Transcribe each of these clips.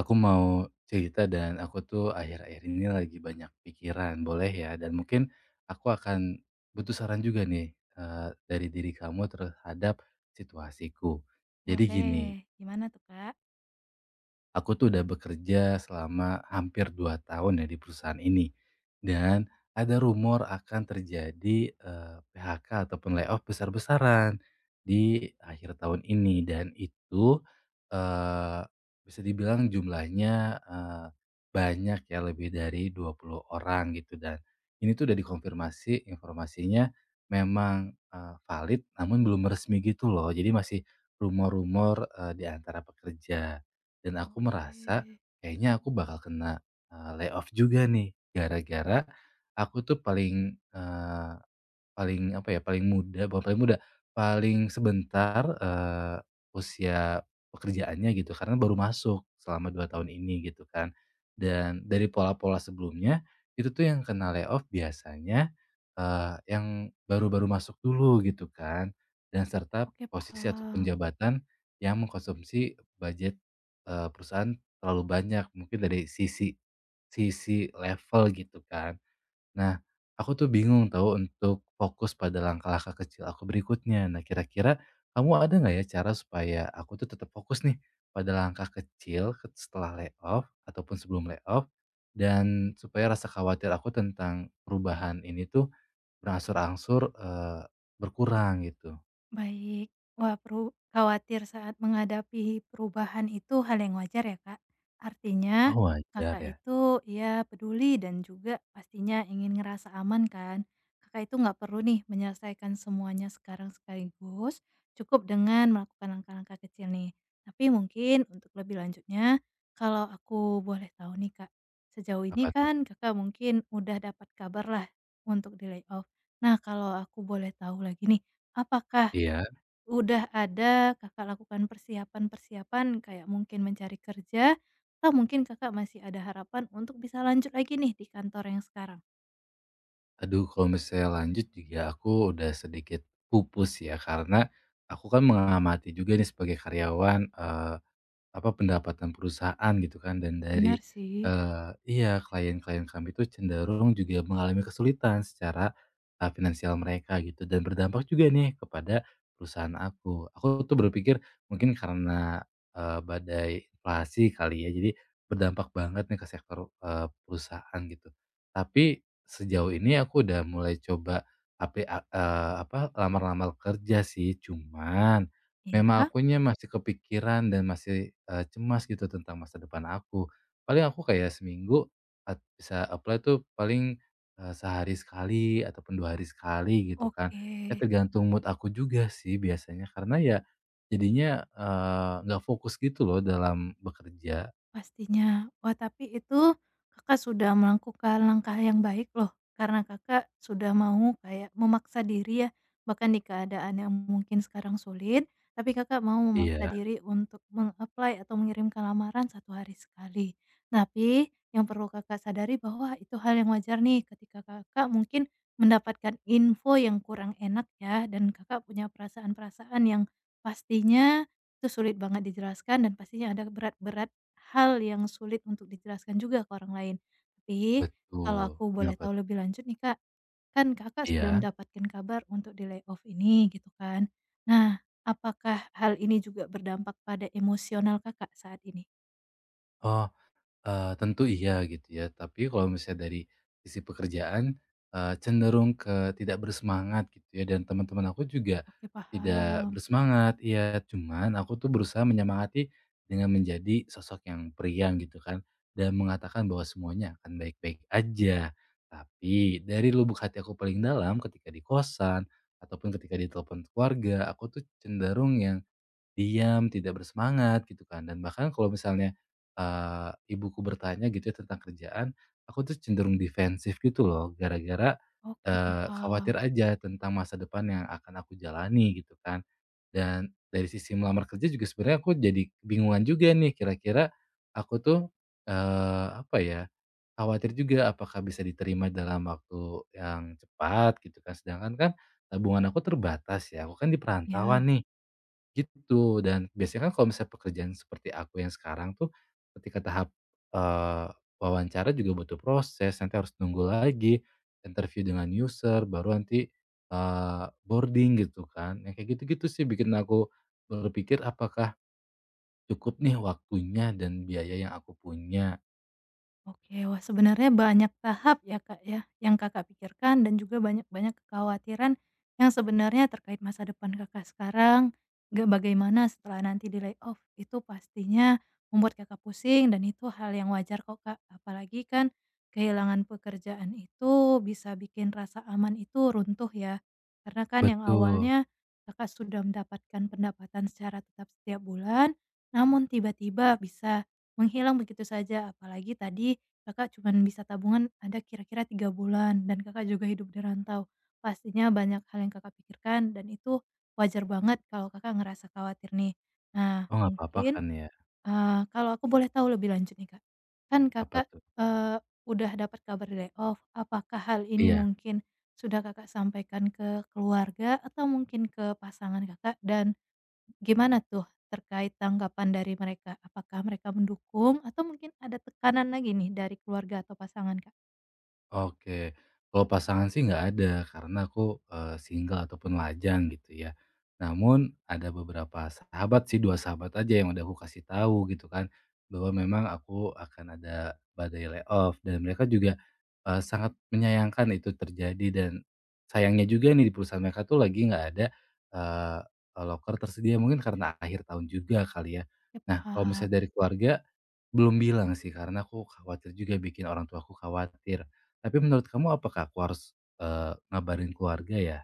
Aku mau cerita dan aku tuh akhir-akhir ini lagi banyak pikiran, boleh ya? Dan mungkin aku akan butuh saran juga nih dari diri kamu terhadap situasiku. Jadi Boleh, gini, gimana tuh, Kak? aku tuh udah bekerja selama hampir 2 tahun ya di perusahaan ini dan ada rumor akan terjadi, PHK ataupun layoff besar-besaran di akhir tahun ini dan itu, eee, bisa dibilang jumlahnya, banyak ya lebih dari 20 orang gitu dan ini tuh udah dikonfirmasi informasinya memang, valid namun belum resmi gitu loh, jadi masih rumor-rumor, di antara pekerja. Dan aku merasa Oke, kayaknya aku bakal kena, layoff juga nih gara-gara aku tuh paling apa ya, paling muda, bukan paling muda, paling sebentar, usia pekerjaannya gitu, karena baru masuk selama 2 tahun ini gitu kan. Dan dari pola-pola sebelumnya, itu tuh yang kena layoff biasanya, yang baru-baru masuk dulu gitu kan, dan serta oke, posisi atau paham. penjabatan yang mengkonsumsi budget, perusahaan terlalu banyak, mungkin dari sisi sisi level gitu kan. Nah, aku tuh bingung tahu untuk fokus pada langkah-langkah kecil aku berikutnya. Nah, kira-kira kamu ada nggak ya cara supaya aku tuh tetap fokus nih pada langkah kecil setelah layoff ataupun sebelum layoff, dan supaya rasa khawatir aku tentang perubahan ini tuh berangsur-angsur berkurang gitu. Baik. Wah, peru khawatir saat menghadapi perubahan itu hal yang wajar ya, Kak. Artinya Oh, wajar Kakak ya. itu ya peduli dan juga pastinya ingin ngerasa aman kan. Kakak itu nggak perlu nih menyelesaikan semuanya sekarang sekaligus, cukup dengan melakukan langkah-langkah kecil nih. Tapi mungkin untuk lebih lanjutnya, kalau aku boleh tahu nih Kak, sejauh ini Apa tuh? kan Kakak mungkin udah dapat kabar lah untuk di layoff. Nah, kalau aku boleh tahu lagi nih, apakah Iya. udah ada Kakak lakukan persiapan-persiapan kayak mungkin mencari kerja, atau mungkin Kakak masih ada harapan untuk bisa lanjut lagi nih di kantor yang sekarang? Aduh, kalau misalnya lanjut juga aku udah sedikit pupus ya, karena aku kan mengamati juga nih sebagai karyawan apa, pendapatan perusahaan gitu kan, dan Benar dari, sih. Iya, klien-klien kami itu cenderung juga mengalami kesulitan secara, finansial mereka gitu, dan berdampak juga nih kepada perusahaan aku. Aku tuh berpikir mungkin karena, badai inflasi kali ya, jadi berdampak banget nih ke sektor, perusahaan gitu. Tapi sejauh ini aku udah mulai coba api a apa, lamar-lamar kerja sih, cuman memang Iya. akunya masih kepikiran dan masih, cemas gitu tentang masa depan aku. Paling aku kayak seminggu bisa apply tuh paling, sehari sekali ataupun 2 hari sekali gitu kan. Oke. Ya tergantung mood aku juga sih biasanya, karena ya jadinya, nggak fokus gitu loh dalam bekerja. Pastinya. Wah, tapi itu Kakak sudah melakukan langkah yang baik loh, karena Kakak sudah mau kayak memaksa diri ya, bahkan di keadaan yang mungkin sekarang sulit, tapi Kakak mau memaksa Iya, diri untuk meng-apply atau mengirimkan lamaran satu hari sekali. Tapi yang perlu Kakak sadari bahwa itu hal yang wajar nih ketika Kakak mungkin mendapatkan info yang kurang enak ya, dan Kakak punya perasaan-perasaan yang pastinya itu sulit banget dijelaskan dan pastinya ada berat-berat hal yang sulit untuk dijelaskan juga ke orang lain. Tapi, kalau betul. aku boleh Kenapa? tahu lebih lanjut nih, Kak, kan Kakak sudah Iya? mendapatkan kabar untuk di layoff ini gitu kan. Nah, apakah hal ini juga berdampak pada emosional Kakak saat ini? Oh. Tentu iya gitu ya, tapi kalau misalnya dari sisi pekerjaan, cenderung ke tidak bersemangat gitu ya, dan teman-teman aku juga Oke tidak paham bersemangat, iya. Cuman aku tuh berusaha menyemangati dengan menjadi sosok yang periang gitu kan, dan mengatakan bahwa semuanya akan baik-baik aja. Tapi dari lubuk hati aku paling dalam ketika di kosan ataupun ketika di telepon keluarga, aku tuh cenderung yang diam, tidak bersemangat gitu kan, dan bahkan kalau misalnya, ibuku bertanya gitu ya tentang kerjaan, aku tuh cenderung defensif gitu loh gara-gara, oke paham, khawatir aja tentang masa depan yang akan aku jalani gitu kan. Dan dari sisi melamar kerja juga sebenarnya aku jadi bingungan juga nih, kira-kira aku tuh, apa ya, khawatir juga apakah bisa diterima dalam waktu yang cepat gitu kan, sedangkan kan tabungan aku terbatas ya, aku kan di Ya. perantauan nih. Gitu, dan biasanya kan kalau misalnya pekerjaan seperti aku yang sekarang tuh, ketika tahap, eee, wawancara juga butuh proses, nanti harus nunggu lagi, interview dengan user, baru nanti, boarding gitu kan. Yang kayak gitu-gitu sih bikin aku berpikir, apakah cukup nih waktunya dan biaya yang aku punya? Oke, wah sebenarnya banyak tahap ya Kak ya, yang Kakak pikirkan dan juga banyak-banyak kekhawatiran yang sebenarnya terkait masa depan Kakak sekarang, nggak bagaimana setelah nanti di layoff, itu pastinya membuat Kakak pusing dan itu hal yang wajar kok Kak. Apalagi kan kehilangan pekerjaan itu bisa bikin rasa aman itu runtuh ya. Karena kan yang Betul. awalnya Kakak sudah mendapatkan pendapatan secara tetap setiap bulan, namun tiba-tiba bisa menghilang begitu saja. Apalagi tadi Kakak cuman bisa tabungan ada kira-kira 3 bulan dan Kakak juga hidup di rantau. Pastinya banyak hal yang Kakak pikirkan dan itu wajar banget kalau Kakak ngerasa khawatir nih. Nah, Oh, nggak apa-apa mungkin, kan ya? Kalau aku boleh tahu lebih lanjut nih, Kak. Kan Apa Kakak, tuh? eee, udah dapat kabar layoff, apakah hal ini Iya. mungkin sudah Kakak sampaikan ke keluarga atau mungkin ke pasangan Kakak? Dan gimana tuh terkait tanggapan dari mereka? Apakah mereka mendukung atau mungkin ada tekanan lagi nih dari keluarga atau pasangan, Kak? Oke, kalau pasangan sih nggak ada karena aku, single ataupun lajang gitu ya. Namun ada beberapa sahabat sih, 2 sahabat aja yang udah aku kasih tahu gitu kan, bahwa memang aku akan ada badai layoff, dan mereka juga, sangat menyayangkan itu terjadi, dan sayangnya juga nih di perusahaan mereka tuh lagi nggak ada, eee, loker tersedia, mungkin karena akhir tahun juga kali ya. Ya Nah, kalau paham. misalnya dari keluarga belum bilang sih, karena aku khawatir juga bikin orang tuaku khawatir. Tapi menurut kamu, apakah aku harus, eee, ngabarin keluarga ya?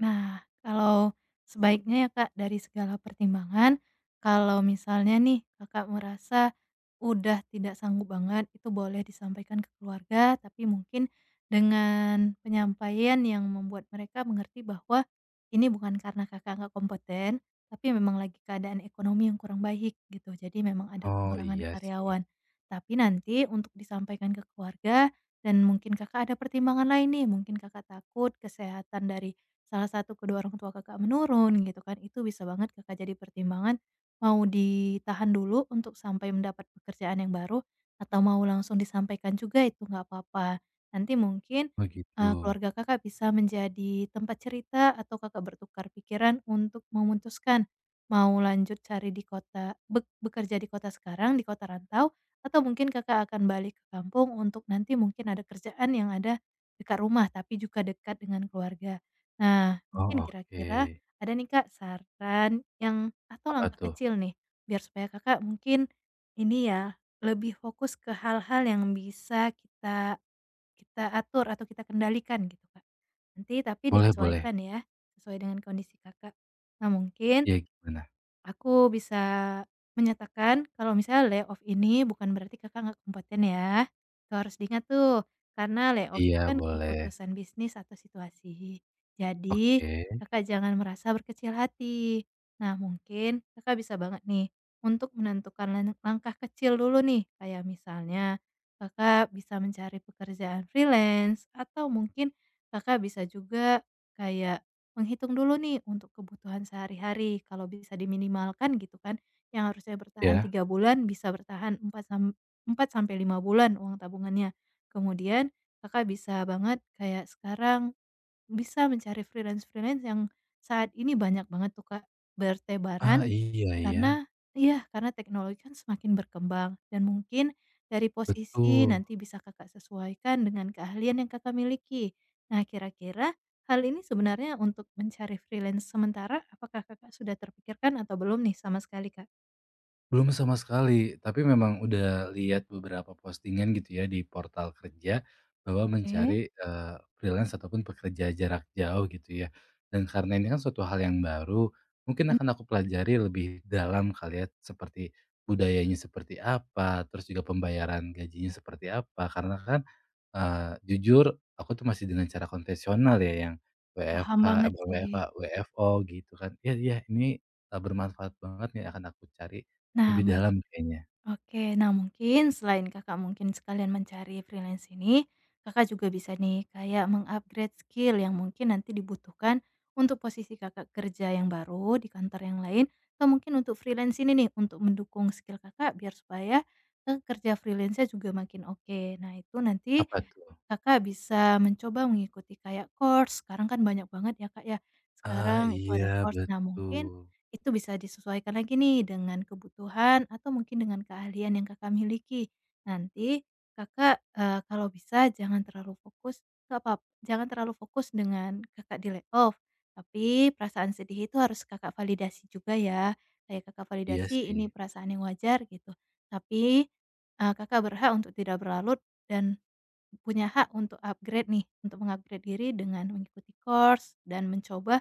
Nah, kalau sebaiknya ya Kak, dari segala pertimbangan, kalau misalnya nih Kakak merasa udah tidak sanggup banget, itu boleh disampaikan ke keluarga, tapi mungkin dengan penyampaian yang membuat mereka mengerti bahwa ini bukan karena Kakak nggak kompeten, tapi memang lagi keadaan ekonomi yang kurang baik gitu. Jadi memang ada Oh, pengurangan iya sih. karyawan. Tapi nanti untuk disampaikan ke keluarga dan mungkin Kakak ada pertimbangan lain nih, mungkin Kakak takut kesehatan dari salah satu kedua orang tua Kakak menurun gitu kan, itu bisa banget Kakak jadi pertimbangan mau ditahan dulu untuk sampai mendapat pekerjaan yang baru atau mau langsung disampaikan juga itu nggak apa-apa. Nanti mungkin, Oh, gitu. keluarga Kakak bisa menjadi tempat cerita atau Kakak bertukar pikiran untuk memutuskan mau lanjut cari di kota bekerja di kota sekarang, di kota rantau, atau mungkin Kakak akan balik ke kampung untuk nanti mungkin ada kerjaan yang ada dekat rumah tapi juga dekat dengan keluarga. Nah, Oh, mungkin oke. kira-kira ada nih Kak saran yang atau Apa langkah tuh? kecil nih, biar supaya Kakak mungkin ini ya, lebih fokus ke hal-hal yang bisa kita kita atur atau kita kendalikan gitu Kak. Nanti tapi Boleh, boleh. disesuaikan ya, sesuai dengan kondisi Kakak. Nah mungkin Iya, gimana? aku bisa menyatakan kalau misalnya layoff ini bukan berarti Kakak nggak kompeten ya. Itu harus diingat tuh, karena layoff itu Iya, kan boleh. keputusan bisnis atau situasi. Jadi, Oke. Kakak jangan merasa berkecil hati. Nah, mungkin Kakak bisa banget nih untuk menentukan langkah kecil dulu nih, kayak misalnya Kakak bisa mencari pekerjaan freelance atau mungkin Kakak bisa juga kayak menghitung dulu nih untuk kebutuhan sehari-hari, kalau bisa diminimalkan gitu kan, yang harusnya bertahan Ya? 3 bulan bisa bertahan 4 sam 4 sampai 5 bulan uang tabungannya. Kemudian Kakak bisa banget kayak sekarang bisa mencari freelance-freelance yang saat ini banyak banget tuh Kak, bertebaran Ah, iya, iya. karena iya, karena teknologi kan semakin berkembang dan mungkin dari posisi Betul. nanti bisa Kakak sesuaikan dengan keahlian yang Kakak miliki. Nah, kira-kira hal ini sebenarnya untuk mencari freelance sementara apakah Kakak sudah terpikirkan atau belum nih sama sekali, Kak? Belum sama sekali, tapi memang udah lihat beberapa postingan gitu ya di portal kerja bahwa Oke. mencari, freelance ataupun pekerja jarak jauh gitu ya. Dan karena ini kan suatu hal yang baru, mungkin Ben akan aku pelajari lebih dalam kali ya, seperti budayanya seperti apa, terus juga pembayaran gajinya seperti apa. Karena kan, jujur aku tuh masih dengan cara konvensional ya yang paham WFH banget bukan sih. WFH, WFO gitu kan. Iya, iya, ini, bermanfaat banget nih, akan aku cari. Nah Lebih mungkin dalam kayaknya. Oke, nah mungkin selain Kakak mungkin sekalian mencari freelance ini, Kakak juga bisa nih kayak mengupgrade skill yang mungkin nanti dibutuhkan untuk posisi Kakak kerja yang baru di kantor yang lain atau mungkin untuk freelance ini nih untuk mendukung skill Kakak biar supaya, kerja freelance-nya juga makin oke. Nah itu nanti Apa tuh? Kakak bisa mencoba mengikuti kayak course, sekarang kan banyak banget ya, Kak, ya. Ah, Sekarang itu iya, ada course, nah mungkin betul. itu bisa disesuaikan lagi nih dengan kebutuhan atau mungkin dengan keahlian yang Kakak miliki. Nanti Kakak, kalau bisa jangan terlalu fokus nggak apa, jangan terlalu fokus dengan Kakak di layoff, tapi perasaan sedih itu harus Kakak validasi juga ya, kayak Kakak Iya validasi ini sih, perasaan yang wajar gitu. Tapi, Kakak berhak untuk tidak berlarut dan punya hak untuk upgrade nih, untuk mengupgrade diri dengan mengikuti course dan mencoba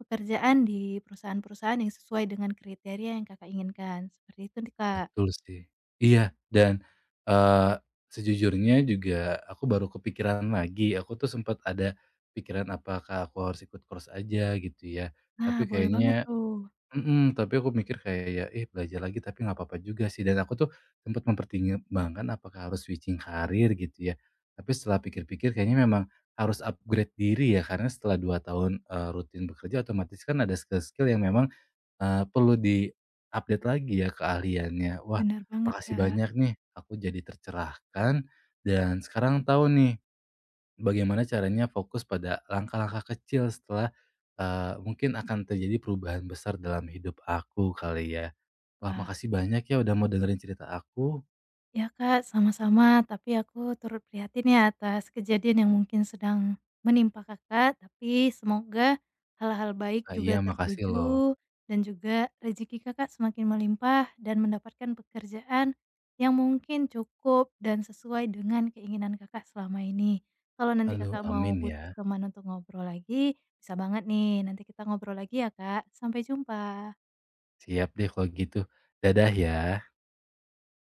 pekerjaan di perusahaan-perusahaan yang sesuai dengan kriteria yang Kakak inginkan, seperti itu nih, Kak. betul sih. Iya, dan, eee, sejujurnya juga aku baru kepikiran lagi, aku tuh sempet ada pikiran apakah aku harus ikut course aja gitu ya, Nah, tapi boleh banget kayaknya. tuh. Mhm, tapi aku mikir kayak ya, belajar lagi tapi nggak apa-apa juga sih, dan aku tuh sempat mempertimbangkan apakah harus switching karir gitu ya. Tapi setelah pikir-pikir kayaknya memang harus upgrade diri ya, karena setelah 2 tahun, rutin bekerja otomatis kan ada skill-skill yang memang, perlu di-update lagi ya keahliannya. Wah, Benar banget, makasih Kak. banyak nih, aku jadi tercerahkan, dan sekarang tahu nih bagaimana caranya fokus pada langkah-langkah kecil setelah, mungkin akan terjadi perubahan besar dalam hidup aku kali ya. Wah, Wah. makasih banyak ya udah mau dengerin cerita aku. Ya Kak, sama-sama. Tapi aku turut prihatin ya atas kejadian yang mungkin sedang menimpa Kakak. Tapi semoga hal-hal baik juga Iya, makasih loh. tertuju dan juga rezeki Kakak semakin melimpah dan mendapatkan pekerjaan yang mungkin cukup dan sesuai dengan keinginan Kakak selama ini. Kalau nanti Aduh, Kakak mau amin ya. butuh teman untuk ngobrol lagi, bisa banget nih. Nanti kita ngobrol lagi ya Kak. Sampai jumpa. Siap deh kalau gitu. Dadah ya.